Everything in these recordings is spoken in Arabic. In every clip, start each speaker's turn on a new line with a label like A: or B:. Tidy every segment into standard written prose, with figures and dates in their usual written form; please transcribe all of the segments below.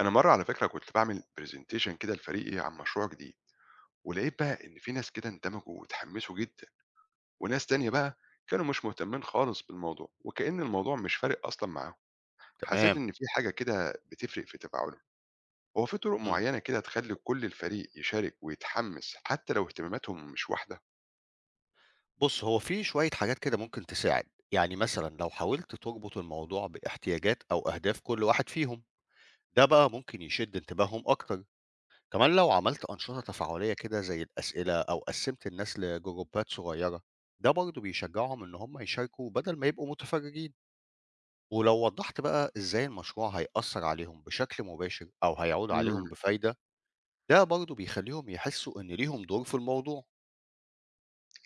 A: انا مره على فكره كنت بعمل برزنتيشن كده لفريقي عن مشروع جديد ولقيت بقى ان في ناس كده اندمجوا وتحمسوا جدا وناس تانية بقى كانوا مش مهتمين خالص بالموضوع وكأن الموضوع مش فارق اصلا معاهم حسيت
B: تمام.
A: ان في حاجه كده بتفرق في تفاعلهم هو في طرق
B: إمم.
A: معينه كده تخلي كل الفريق يشارك ويتحمس حتى لو اهتماماتهم مش واحده.
B: بُص، هو في شوية حاجات كده ممكن تساعد. يعني مثلًا لو حاولت تربط الموضوع باحتياجات أو أهداف كل واحد فيهم، ده بقى ممكن يشد انتباههم أكتر. كمان لو عملت أنشطة تفاعلية كده زي الأسئلة أو قسّمت الناس لجروبات صغيرة، ده برضه بيشجعهم إن هم يشاركوا بدل ما يبقوا متفرّجين. ولو وضّحت بقى إزاي المشروع هيأثّر عليهم بشكل مباشر أو هيعود عليهم
A: امم
B: بفايدة، ده برضه بيخلّيهم يحسّوا إن ليهم دور في الموضوع.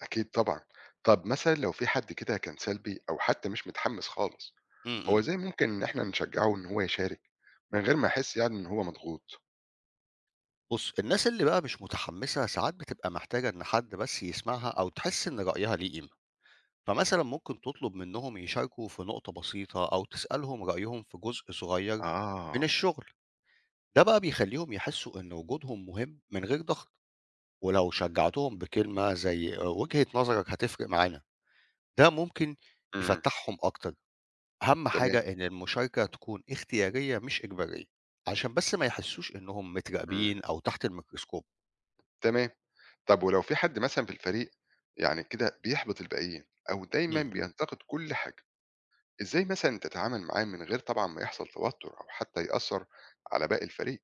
A: اكيد طبعا. طب مثلا لو في حد كده كان سلبي او حتى مش متحمس خالص،
B: إمم،
A: هو
B: إمم.
A: ازاي ممكن ان احنا نشجعه ان هو يشارك من غير ما يحس يعني ان هو مضغوط.
B: بُص، الناس اللي بقى مش متحمّسة ساعات بتبقى محتاجة إن حد بس يسمعها أو تحس إن رأيها ليه قيمة، فمثلًا ممكن تطلب منّهم يشاركوا في نقطة بسيطة أو تسألهم رأيهم في جزء صغير من
A: آه،
B: الشغل، ده بقى بيخلّيهم يحسّوا إن وجودهم مهم من غير ضغط، ولو شجّعتهم بكلمة زي آه، وجهة نظرك هتفرق معانا، ده ممكن
A: إمم،
B: يفتّحهم أكتر. أهم
A: تمام،
B: حاجة إن المشاركة تكون اختيارية مش إجبارية، عشان بس ما يحسّوش إنّهم
A: إمم.
B: متراقبين أو تحت الميكروسكوب.
A: تمام. طب ولو في حد مثلًا في الفريق يعني كده بيحبط الباقيين أو دايمًا
B: إمم، إمم.
A: بينتقد كل حاجة، إزاي مثلًا تتعامل معاه من غير طبعًا ما يحصل توتر أو حتى يأثّر على باقي الفريق؟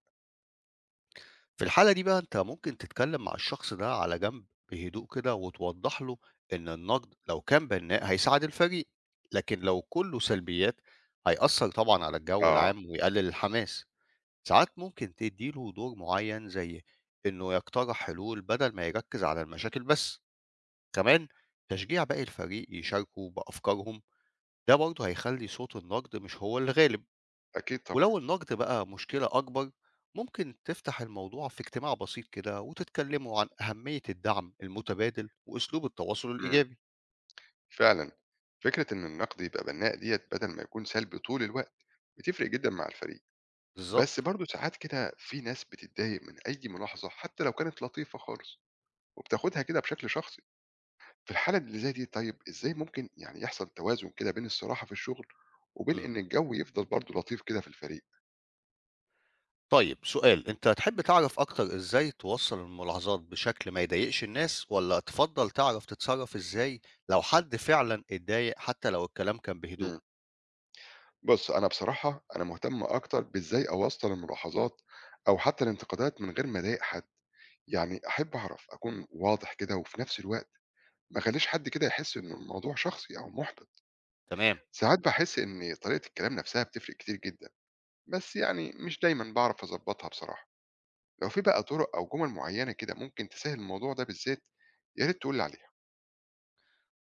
B: في الحالة دي بقى أنت ممكن تتكلم مع الشخص ده على جنب بهدوء كده وتوضح له إن النقد لو كان بناء هيساعد الفريق، لكن لو كله سلبيات هيأثر طبعا على الجو
A: آه،
B: العام ويقلل الحماس. ساعات ممكن تديله دور معين زي إنه يقترح حلول بدل ما يركز على المشاكل بس. كمان تشجيع باقي الفريق يشاركوا بأفكارهم، ده برضه هيخلي صوت النقد مش هو اللي غالب.
A: أكيد طبعًا.
B: ولو النقد بقى مشكلة أكبر، ممكن تفتح الموضوع في اجتماع بسيط كده وتتكلموا عن أهمية الدعم المتبادل وأسلوب التواصل
A: إمم.
B: الإيجابي.
A: فعلًا، فكرة إن النقد يبقى بناء ديّة بدل ما يكون سلبي طول الوقت، بتفرق جدًا مع الفريق. بس
B: بالظبط.
A: برضه ساعات كده في ناس بتتضايق من أي ملاحظة حتى لو كانت لطيفة خالص وبتاخدها كده بشكل شخصي. في الحالة اللي زي دي طيب إزاي ممكن يعني يحصل توازن كده بين الصراحة في الشغل وبين
B: مم.
A: إن الجو يفضل برضه لطيف كده في الفريق؟
B: طيب سؤال، أنت تحب تعرف أكتر إزاي توصل الملاحظات بشكل ما يضايقش الناس، ولا تفضل تعرف تتصرف إزاي لو حد فعلا اتضايق حتى لو الكلام كان بهدوء؟
A: إمم. بُص، أنا بصراحة أنا مهتم أكتر بإزاي أوصّل الملاحظات أو حتى الانتقادات من غير ما أضايق حد، يعني أحب أعرف أكون واضح كده وفي نفس الوقت ما أخلّيش حد كده يحس إن الموضوع شخصي أو مُحبِط،
B: تمام.
A: ساعات باحس إن طريقة الكلام نفسها بتفرق كتير جدًا، بس يعني مش دايمًا باعرف أضبّطها بصراحة، لو في بقى طُرق أو جُمل معيّنة كده ممكن تسهّل الموضوع ده بالذات يا ريت تقول لي عليها.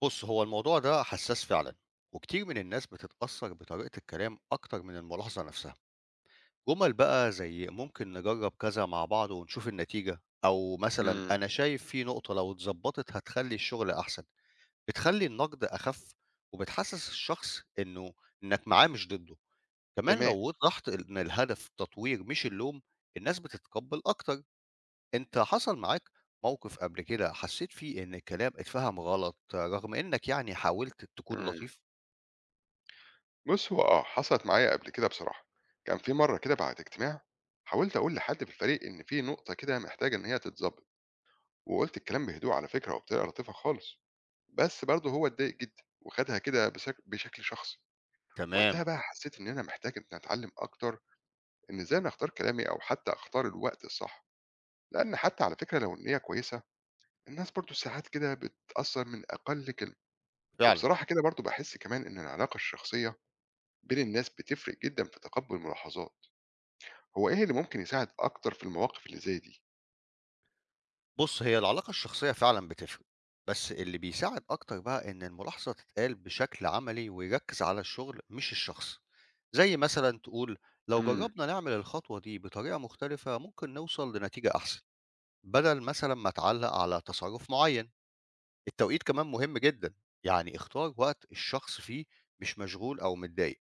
B: بص، هو الموضوع ده حساس فعلا، وكتير من الناس بتتأثر بطريقة الكلام أكتر من الملاحظة نفسها. جُمل بقى زي ممكن نجرّب كذا مع بعض ونشوف النتيجة، أو مثلًا
A: إمم.
B: أنا شايف في نقطة لو اتضبطت هتخلّي الشغل أحسن، بتخلّي النقد أخف، وبتحسّس الشخص إنه إنك معاه مش ضده. كمان لو
A: تمام.
B: وضّحت إن الهدف تطوير مش اللوم، الناس بتتقبّل أكتر. أنت حصل معاك موقف قبل كده حسّيت فيه إن الكلام اتفهم غلط رغم إنك يعني حاولت تكون
A: إمم.
B: لطيف؟
A: بُص، هو حصلت معايا قبل كده بصراحة. كان في مرّة كده بعد اجتماع، حاولت أقول لحد في الفريق إن في نقطة كده محتاجة إن هي تتضبط، وقُلت الكلام بهدوء على فكرة وبطريقة لطيفة خالص، بس برضه هو اتضايق جدًا وخدها كده بشكل شخصي. وقتها
B: تمام.
A: بقى حسّيت إن أنا محتاج إن أتعلّم أكتر إن إزاي أنا أختار كلامي أو حتى أختار الوقت الصح، لإن حتى على فكرة لو النية كويسة، الناس برضه ساعات كده بتتأثّر من أقل كلمة.
B: فعلًا.
A: وبصراحة كده برضه باحس كمان إن العلاقة الشخصية بين الناس بتفرق جدًا في تقبُّل الملاحظات. هو إيه اللي ممكن يساعد أكتر في المواقف اللي زي دي؟
B: بُص، هي العلاقة الشخصية فعلًا بتفرق، بس اللي بيساعد أكتر بقى إن الملاحظة تتقال بشكل عملي ويركّز على الشغل مش الشخص، زي مثلًا تقول لو
A: إمم،
B: جرّبنا نعمل الخطوة دي بطريقة مختلفة ممكن نوصل لنتيجة أحسن، بدل مثلًا ما تعلّق على تصرُّف معيّن. التوقيت كمان مهم جدًا، يعني اختار وقت الشخص فيه مش مشغول أو متضايق.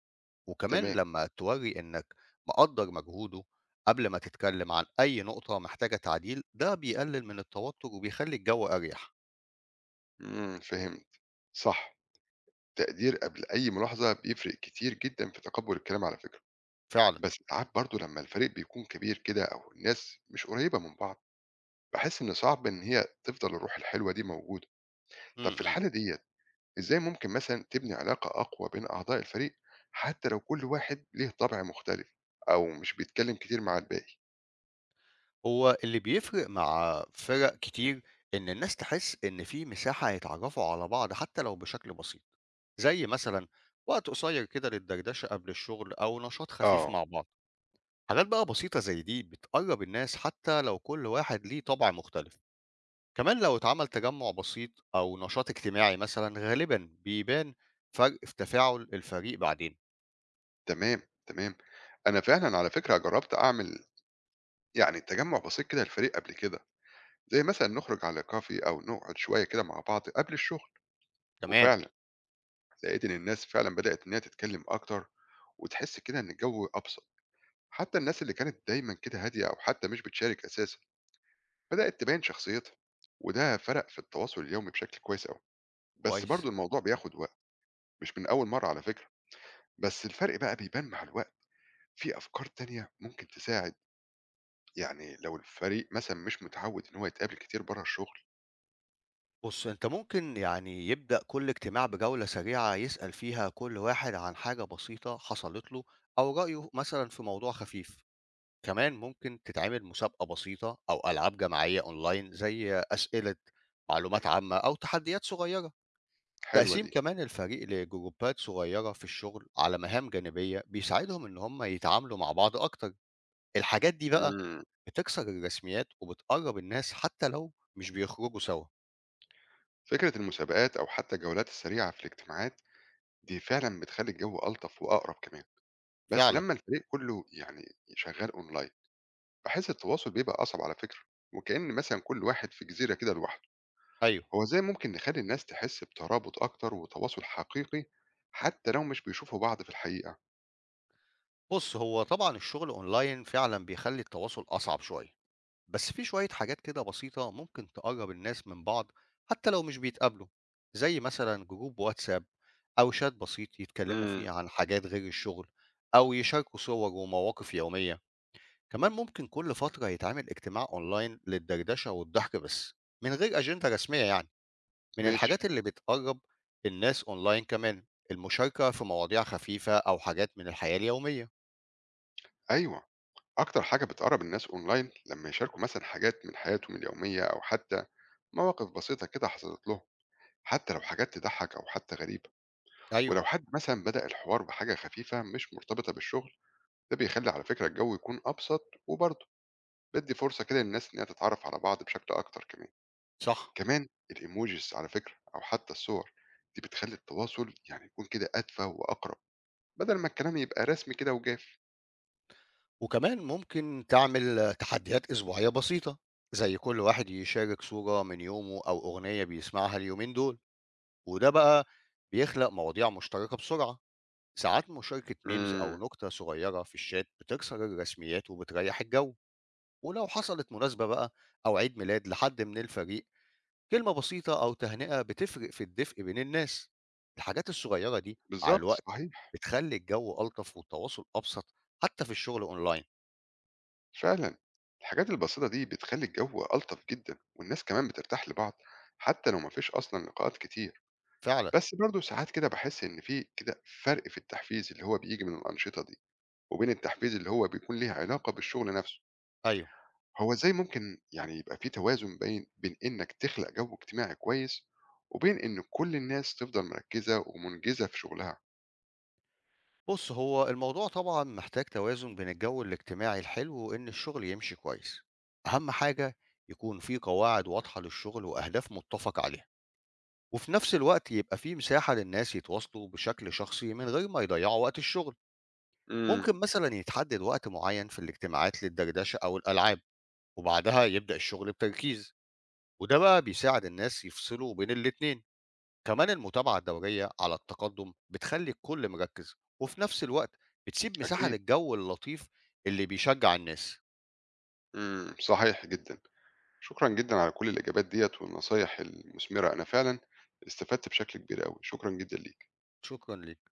B: وكمان
A: تمام،
B: لما تورّي إنك مقدّر مجهوده قبل ما تتكلم عن أي نقطة محتاجة تعديل، ده بيقلل من التوتر وبيخلّي الجو أريح.
A: إمم، فهمت. صح، تقدير قبل أي ملاحظة بيفرق كتير جدًا في تقبُّل الكلام على فكرة،
B: فعلًا.
A: بس ساعات برضه لمّا الفريق بيكون كبير كده أو الناس مش قريّبة من بعض، باحس إن صعب إن هي تفضل الروح الحلوة دي موجودة. طب
B: إمم،
A: في
B: إمم.
A: الحالة ديّة إزاي ممكن مثلًا تبني علاقة أقوى بين أعضاء الفريق حتى لو كل واحد ليه طَبع مختلف أو مش بيتكلّم كتير مع الباقي؟
B: هو اللي بيفرق مع فرق كتير إن الناس تحس إن في مساحة يتعرّفوا على بعض حتى لو بشكل بسيط، زي مثلًا وقت قصير كده للدردشة قبل الشغل أو نشاط خفيف
A: آه.
B: مع بعض. حاجات بقى بسيطة زي دي بتقرّب الناس حتى لو كل واحد ليه طبع مختلف. كمان لو اتعمل تجمع بسيط أو نشاط اجتماعي مثلا غالبا بيبان فرق في تفاعل الفريق بعدين.
A: تمام، تمام. أنا فعلًا على فكرة جرّبت أعمل يعني تجمُّع بسيط كده للفريق قبل كده، زي مثلًا نخرج على كافيه أو نقعد شوية كده مع بعض قبل الشغل،
B: تمام.
A: وفعلًا لقيت إن الناس فعلًا بدأت إن هي تتكلّم أكتر وتحس كده إن الجو أبسط، حتى الناس اللي كانت دايمًا كده هادية أو حتى مش بتشارك أساسًا، بدأت تبان شخصيتها وده فرق في التواصل اليومي بشكل كويس أوي. بس
B: كويس.
A: برضه الموضوع بياخُد وقت، مش من أول مرّة على فكرة، بس الفرق بقى بيبان مع الوقت، في أفكار تانية ممكن تساعد يعني لو الفريق مثلًا مش متعوّد إن هو يتقابل كتير برّه الشغل،
B: بص انت ممكن يعني يبدأ كل اجتماع بجولة سريعة يسأل فيها كل واحد عن حاجة بسيطة حصلت له أو رأيه مثلا في موضوع خفيف. كمان ممكن تتعمل مسابقة بسيطة أو ألعاب جماعية أونلاين زي أسئلة معلومات عامة أو تحديات صغيرة.
A: حلوة
B: تقسيم
A: دي.
B: كمان الفريق لجروبات صغيرة في الشغل على مهام جانبية بيساعدهم إن هم يتعاملوا مع بعض أكتر. الحاجات دي بقى
A: إمم.
B: بتكسر الرسميات وبتقرب الناس حتى لو مش بيخرجوا سوا.
A: فكرة المسابقات أو حتى الجولات السريعة في الاجتماعات، دي فعلًا بتخلّي الجو ألطف وأقرب كمان. بس
B: فعلا.
A: لمّا الفريق كُلّه يعني شغّال أونلاين، باحس التواصل بيبقى أصعب على فكرة، وكإن مثلًا كل واحد في جزيرة كده لوحده.
B: أيوه.
A: هو إزاي ممكن نخلّي الناس تحس بترابط أكتر وتواصل حقيقي، حتى لو مش بيشوفوا بعض في الحقيقة؟
B: بص، هو طبعا الشغل أونلاين فعلا بيخلي التواصل أصعب شوية، بس في شوية حاجات كده بسيطة ممكن تقرب الناس من بعض حتى لو مش بيتقابلوا، زي مثلا جروب واتساب أو شات بسيط يتكلموا
A: إمم،
B: فيه عن حاجات غير الشغل، أو يشاركوا صور ومواقف يومية. كمان ممكن كل فترة يتعمل اجتماع أونلاين للدردشة والضحك بس من غير أجندة رسمية يعني. من
A: ماشي،
B: الحاجات اللي بتقرب الناس أونلاين كمان المشاركة في مواضيع خفيفة أو حاجات من الحياة اليومية.
A: أيوه. أكتر حاجة بتقرب الناس أونلاين لما يشاركوا مثلا حاجات من حياتهم اليومية أو حتى مواقف بسيطة كده حصلت لهم حتى لو حاجات تضحك أو حتى غريبة،
B: أيوه.
A: ولو حد مثلا بدأ الحوار بحاجة خفيفة مش مرتبطة بالشغل ده بيخلي على فكرة الجو يكون أبسط وبرضه بدي فرصة كده للناس إنها تتعرف على بعض بشكل أكتر كمان.
B: صح.
A: كمان الإيموجيز على فكرة أو حتى الصور دي بتخلي التواصل يعني يكون كده أدفى وأقرب بدل ما الكلام يبقى رسمي كده وجاف.
B: وكمان ممكن تعمل تحديات أسبوعية بسيطة زي كل واحد يشارك صورة من يومه أو أغنية بيسمعها اليومين دول، وده بقى بيخلق مواضيع مشتركة بسرعة. ساعات مشاركة ميمز أو
A: امم
B: نكتة صغيرة في الشات بتكسر الرسميات وبتريح الجو. ولو حصلت مناسبة بقى أو عيد ميلاد لحد من الفريق، كلمة بسيطة أو تهنئة بتفرق في الدفء بين الناس. الحاجات الصغيرة دي مع
A: بالظبط
B: الوقت
A: صحيح.
B: بتخلي الجو ألطف والتواصل أبسط، حتى في الشغل أونلاين.
A: فعلا الحاجات البسيطة دي بتخلي الجو ألطف جدا والناس كمان بترتاح لبعض حتى لو مفيش أصلا لقاءات كتير.
B: فعلا.
A: بس برضه ساعات كده بحس إن في كده فرق في التحفيز اللي هو بيجي من الأنشطة دي وبين التحفيز اللي هو بيكون ليه علاقة بالشغل نفسه.
B: أيوه.
A: هو إزاي ممكن يعني يبقى في توازن بين إنك تخلق جو اجتماعي كويس وبين إن كل الناس تفضل مركزة ومنجزة في شغلها؟
B: بص، هو الموضوع طبعا محتاج توازن بين الجو الاجتماعي الحلو وإن الشغل يمشي كويس. أهم حاجة يكون في قواعد واضحة للشغل وأهداف متفق عليها، وفي نفس الوقت يبقى في مساحة للناس يتواصلوا بشكل شخصي من غير ما يضيعوا وقت الشغل.
A: امم
B: ممكن مثلا يتحدد وقت معين في الاجتماعات للدردشة أو الألعاب، وبعدها يبدأ الشغل بتركيز، وده بقى بيساعد الناس يفصلوا بين الاتنين. كمان المتابعة الدورية على التقدم بتخلي الكل مركز، وفي نفس الوقت بتسيب مساحة
A: أكيد.
B: للجو اللطيف اللي بيشجع الناس.
A: صحيح جدا. شكرا جدا على كل الإجابات ديت والنصايح المثمرة، أنا فعلا استفدت بشكل كبير أوي، شكرا جدا ليك.
B: شكرا ليك.